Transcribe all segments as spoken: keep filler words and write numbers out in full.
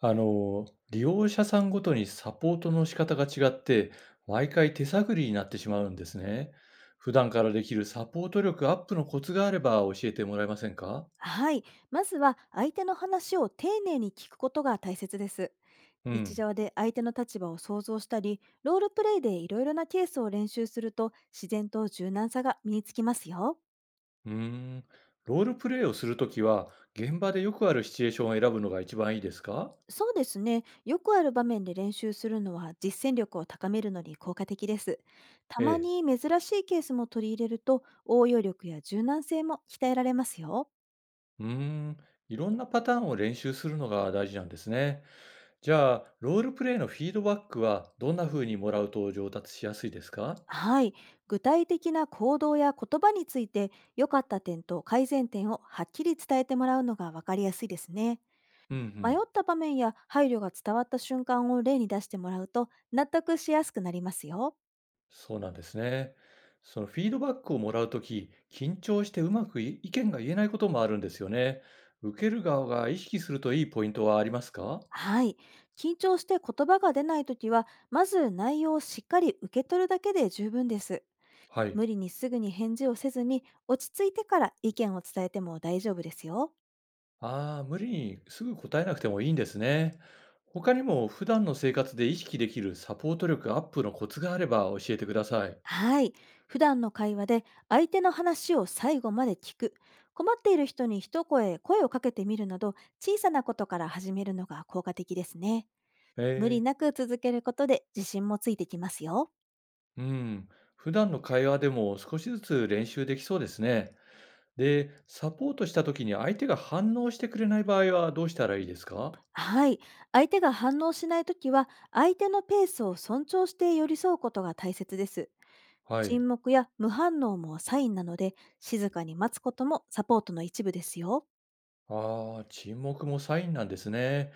あの、利用者さんごとにサポートの仕方が違って、毎回手探りになってしまうんですね。普段からできるサポート力アップのコツがあれば教えてもらえませんか？はい。まずは相手の話を丁寧に聞くことが大切です。う日ん。常で相手の立場を想像したり、ロールプレイでいろいろなケースを練習すると自然と柔軟さが身につきますよ。うーん。ロールプレイをするときは、現場でよくあるシチュエーションを選ぶのが一番いいですか？そうですね。よくある場面で練習するのは実践力を高めるのに効果的です。たえまえ。に珍しいケースも取り入れると応用力や柔軟性も鍛えられますよ。うーん。いろんなパターンを練習するのが大事なんですね。じゃあ、ロールプレイのフィードバックはどんな風にもらうと上達しやすいですか？はい。具体的な行動や言葉について、良かった点と改善点をはっきり伝えてもらうのが分かりやすいですね。うんう迷っん。た場面や配慮が伝わった瞬間を例に出してもらうと、納得しやすくなりますよ。そうなんですね。そのフィードバックをもらうとき、緊張してうまくい意見が言えないこともあるんですよね。受ける側が意識するといいポイントはありますか？はい。緊張して言葉が出ないときは、まず内容をしっかり受け取るだけで十分です。はい。無理にすぐに返事をせずに、落ち着いてから意見を伝えても大丈夫ですよ。ああー、無理にすぐ答えなくてもいいんですね。他にも普段の生活で意識できるサポート力アップのコツがあれば教えてください。はい。普段の会話で相手の話を最後まで聞く。困っている人に一声声をかけてみるなど、小さなことから始めるのが効果的ですね。無理ええ。なく続けることで自信もついてきますよ。うん。普段の会話でも少しずつ練習できそうですね。で、サポートしたときに相手が反応してくれない場合はどうしたらいいですか？はい。相手が反応しないときは、相手のペースを尊重して寄り添うことが大切です。はい。沈黙や無反応もサインなので、静かに待つこともサポートの一部ですよ。ああ、沈黙もサインなんですね。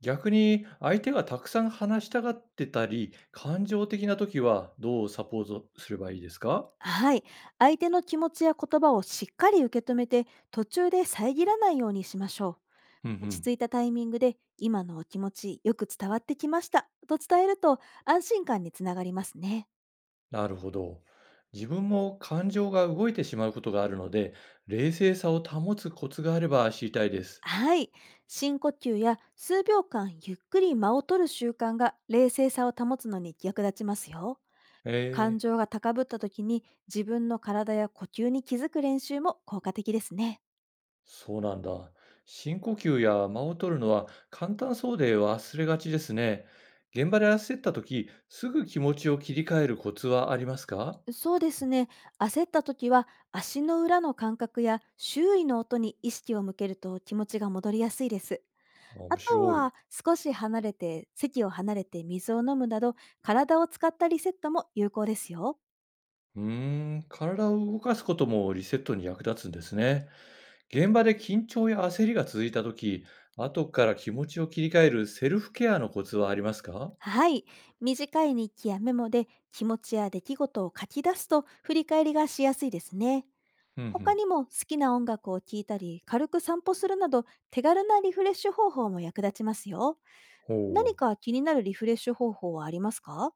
逆に相手がたくさん話したがってたり、感情的な時はどうサポートすればいいですか？はい。相手の気持ちや言葉をしっかり受け止めて、途中で遮らないようにしましょうんうう。落ちん。着いたタイミングで、「今のお気持ちよく伝わってきました」と伝えると安心感につながりますね。なるほど。自分も感情が動いてしまうことがあるので、冷静さを保つコツがあれば知りたいです。はい。深呼吸や数秒間ゆっくり間を取る習慣が冷静さを保つのに役立ちますよ。感ええ、情が高ぶった時に自分の体や呼吸に気づく練習も効果的ですね。そうなんだ。深呼吸や間を取るのは簡単そうで忘れがちですね。現場で焦った時、すぐ気持ちを切り替えるコツはありますか？そうですね。焦った時は足の裏の感覚や周囲の音に意識を向けると気持ちが戻りやすいです。あ、あ面と白い。は少し離れて、席を離れて水を飲むなど、体を使ったリセットも有効ですよ。うーん、体を動かすこともリセットに役立つんですね。現場で緊張や焦りが続いたとき、後から気持ちを切り替えるセルフケアのコツはありますか？はい。短い日記やメモで気持ちや出来事を書き出すと振り返りがしやすいですね。うんう他ん。にも好きな音楽を聴いたり軽く散歩するなど、手軽なリフレッシュ方法も役立ちますよ。ほ何う。か気になるリフレッシュ方法はありますか？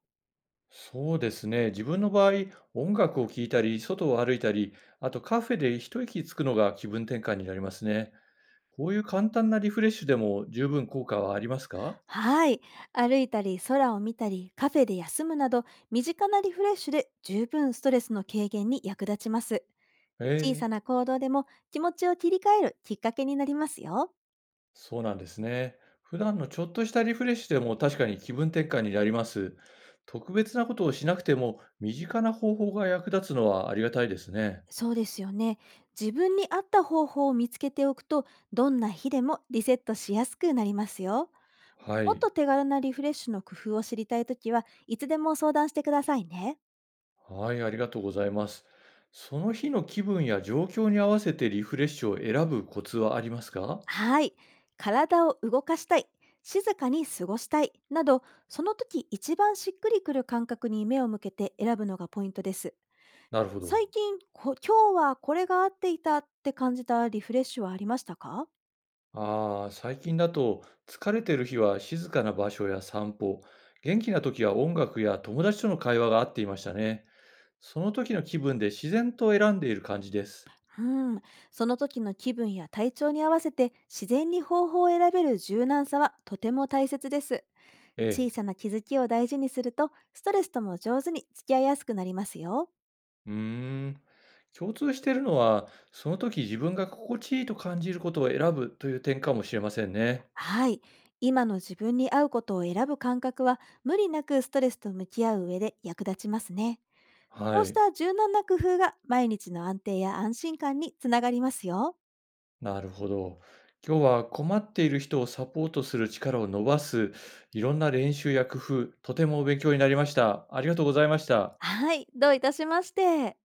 そうですね。自分の場合、音楽を聴いたり、外を歩いたり、あとカフェで一息つくのが気分転換になりますね。こういう簡単なリフレッシュでも十分効果はありますか？はい。歩いたり、空を見たり、カフェで休むなど、身近なリフレッシュで十分ストレスの軽減に役立ちます。小さええ。な行動でも気持ちを切り替えるきっかけになりますよ。そうなんですね。普段のちょっとしたリフレッシュでも確かに気分転換になります。特別なことをしなくても身近な方法が役立つのはありがたいですね。そうですよね。自分に合った方法を見つけておくと、どんな日でもリセットしやすくなりますよ。はもっい。と手軽なリフレッシュの工夫を知りたいときは、いつでも相談してくださいね。はい、ありがとうございます。その日の気分や状況に合わせてリフレッシュを選ぶコツはありますか？はい。体を動かしたい、静かに過ごしたいなど、その時一番しっくりくる感覚に目を向けて選ぶのがポイントです。なるほど。最近、こ今日はこれが合っていたって感じたリフレッシュはありましたか？ああ、最近だと疲れてる日は静かな場所や散歩、元気な時は音楽や友達との会話が合っていましたね。その時の気分で自然と選んでいる感じです。うん、その時の気分や体調に合わせて自然に方法を選べる柔軟さはとても大切です。え小え。さな気づきを大事にすると、ストレスとも上手に付き合いやすくなりますよ。うーん。共通しているのは、その時自分が心地いいと感じることを選ぶという点かもしれませんね。はい。今の自分に合うことを選ぶ感覚は、無理なくストレスと向き合う上で役立ちますね。こはうしい。た柔軟な工夫が毎日の安定や安心感につながりますよ。なるほど。今日は困っている人をサポートする力を伸ばす、いろんな練習や工夫、とてもお勉強になりました。ありがとうございました。はい。どういたしまして。